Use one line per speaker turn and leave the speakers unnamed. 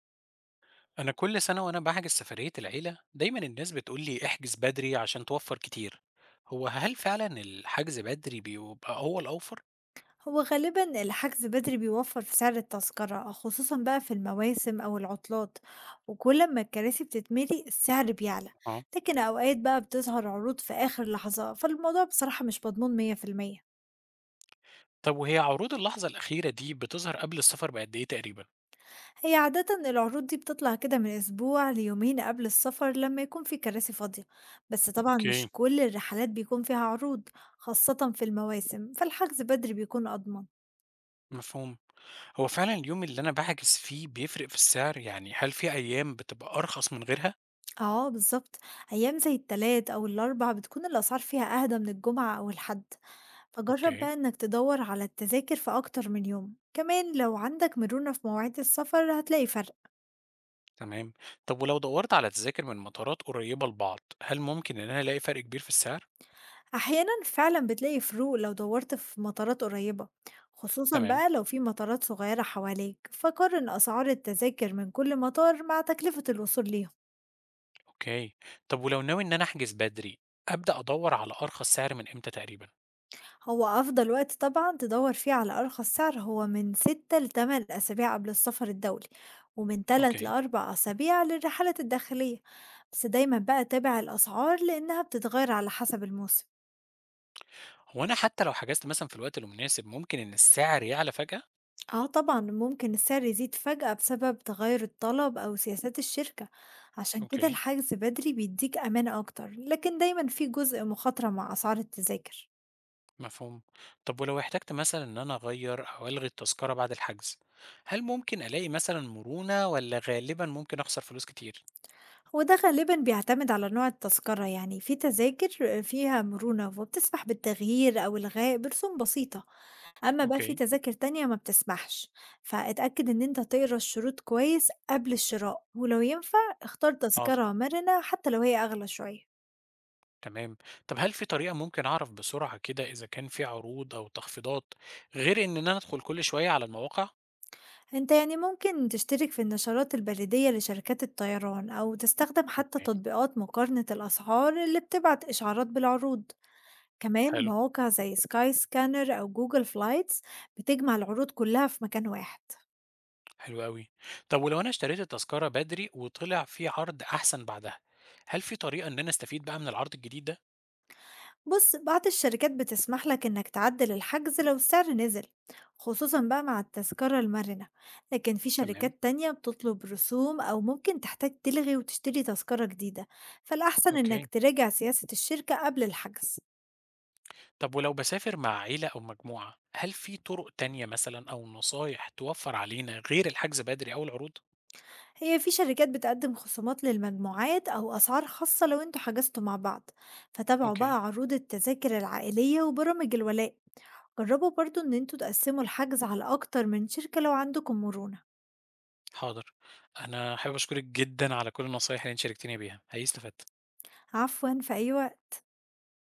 أنا كل سنة وأنا بحجز سفرية العيلة دايما الناس بتقول لي احجز بدري عشان توفر كتير. هل فعلا الحجز بدري بيبقى هو الأوفر؟
هو غالبا الحجز بدري بيوفر في سعر التذكرة خصوصا بقى في المواسم أو العطلات، وكل ما الكراسي بتتملي السعر بيعلى.
اه.
لكن أوقات بقى بتظهر عروض في آخر لحظة، فالموضوع بصراحة مش مضمون مية في المية.
طب وهي عروض اللحظة الأخيرة دي بتظهر قبل السفر بقد إيه تقريبا؟
هي عادة العروض دي بتطلع كده من أسبوع ليومين قبل السفر لما يكون في كراسي فاضية، بس طبعا مش
اوكي.
كل الرحلات بيكون فيها عروض، خاصة في المواسم، فالحجز بدري بيكون أضمن.
مفهوم. هو فعلا اليوم اللي أنا بحجز فيه بيفرق في السعر، يعني هل في أيام بتبقى أرخص من غيرها؟
آه بالضبط، أيام زي التلات أو الأربع بتكون الأسعار فيها أهدى من الجمعة أو الحد، فجرب
اوكي.
بقى إنك تدور على التذاكر في أكتر من يوم، كمان لو عندك مرونة في مواعيد السفر هتلاقي فرق.
تمام. طب ولو دورت على تذاكر من مطارات قريبة لبعض، هل ممكن إن أنا ألاقي فرق كبير في السعر؟
أحيانا فعلا بتلاقي فروق لو دورت في مطارات قريبة، خصوصا
تمام.
بقى لو في مطارات صغيرة حواليك، فقارن أسعار التذاكر من كل مطار مع تكلفة الوصول ليهم.
أوكي. طب ولو ناوي إن أنا أحجز بدري، أبدأ أدوّر على أرخص سعر من إمتى تقريبًا؟
هو أفضل وقت طبعًا تدوّر فيه على أرخص سعر هو من 6 ل8 أسابيع قبل السفر الدولي، ومن 3
أوكي.
ل4 أسابيع للرحلات الداخلية. بس دايمًا بقى تابع الأسعار لأنها بتتغير على حسب الموسم.
هو أنا حتى لو حجزت مثلًا في الوقت المناسب، ممكن إن السعر يعلى فجأة؟
آه طبعًا ممكن السعر يزيد فجأة بسبب تغير الطلب أو سياسات الشركة، عشان كده
أوكي.
الحجز بدري بيديك أمان أكتر، لكن دايمًا في جزء مخاطرة مع أسعار التذاكر.
مفهوم. طب ولو احتجت مثلًا إن أنا أغيّر أو ألغي التذكرة بعد الحجز، هل ممكن ألاقي مثلًا مرونة والّا غالبًا ممكن أخسر فلوس كتير؟
هو ده غالبًا بيعتمد على نوع التذكرة، في تذاكر فيها مرونة وبتسمح بالتغيير أو إلغاء برسوم بسيطة، أما بقى في
أوكي.
تذاكر تانية ما بتسمحش، فاتأكد إن أنت تقرا الشروط كويس قبل الشراء، ولو ينفع اختار
حاضر،
تذكرة مرنة حتى لو هي أغلى شوية.
تمام. طب هل في طريقة ممكن أعرف بسرعة كده إذا كان في عروض أو تخفيضات غير إن أنا أدخل كل شوية على المواقع؟
أنت ممكن تشترك في النشرات البريدية لشركات الطيران أو تستخدم حتى
أوكي.
تطبيقات مقارنة الأسعار اللي بتبعت إشعارات بالعروض. كمان
حلو.
مواقع زي سكاي سكانر أو جوجل فلايتس بتجمع العروض كلها في مكان واحد.
حلو أوي. طب ولو أنا اشتريت التذكرة بدري وطلع في عرض أحسن بعدها، هل في طريقة إن أنا أستفيد بقى من العرض الجديد ده؟
بص، بعض الشركات بتسمح لك إنك تعدل الحجز لو السعر نزل، خصوصا بقى مع التذكرة المرنة، لكن في
تمام،
شركات تانية بتطلب رسوم أو ممكن تحتاج تلغي وتشتري تذكرة جديدة، فالأحسن إنك
أوكي.
تراجع سياسة الشركة قبل الحجز.
طب ولو باسافر مع عيلة أو مجموعة، هل في طرق تانية مثلًا أو نصايح توفر علينا غير الحجز بدري أو العروض؟
هي في شركات بتقدم خصومات للمجموعات أو أسعار خاصة لو انتوا حجزتوا مع بعض، فتابعوا
أوكي،
بقى عروض التذاكر العائلية وبرامج الولاء. جربوا برضو إن انتوا تقسموا الحجز على أكتر من شركة لو عندكم مرونة.
حاضر. أنا حابب أشكرك جدًا على كل النصايح اللي أنت شاركتني بيها، حقيقي استفدت.
عفوا، في أي وقت.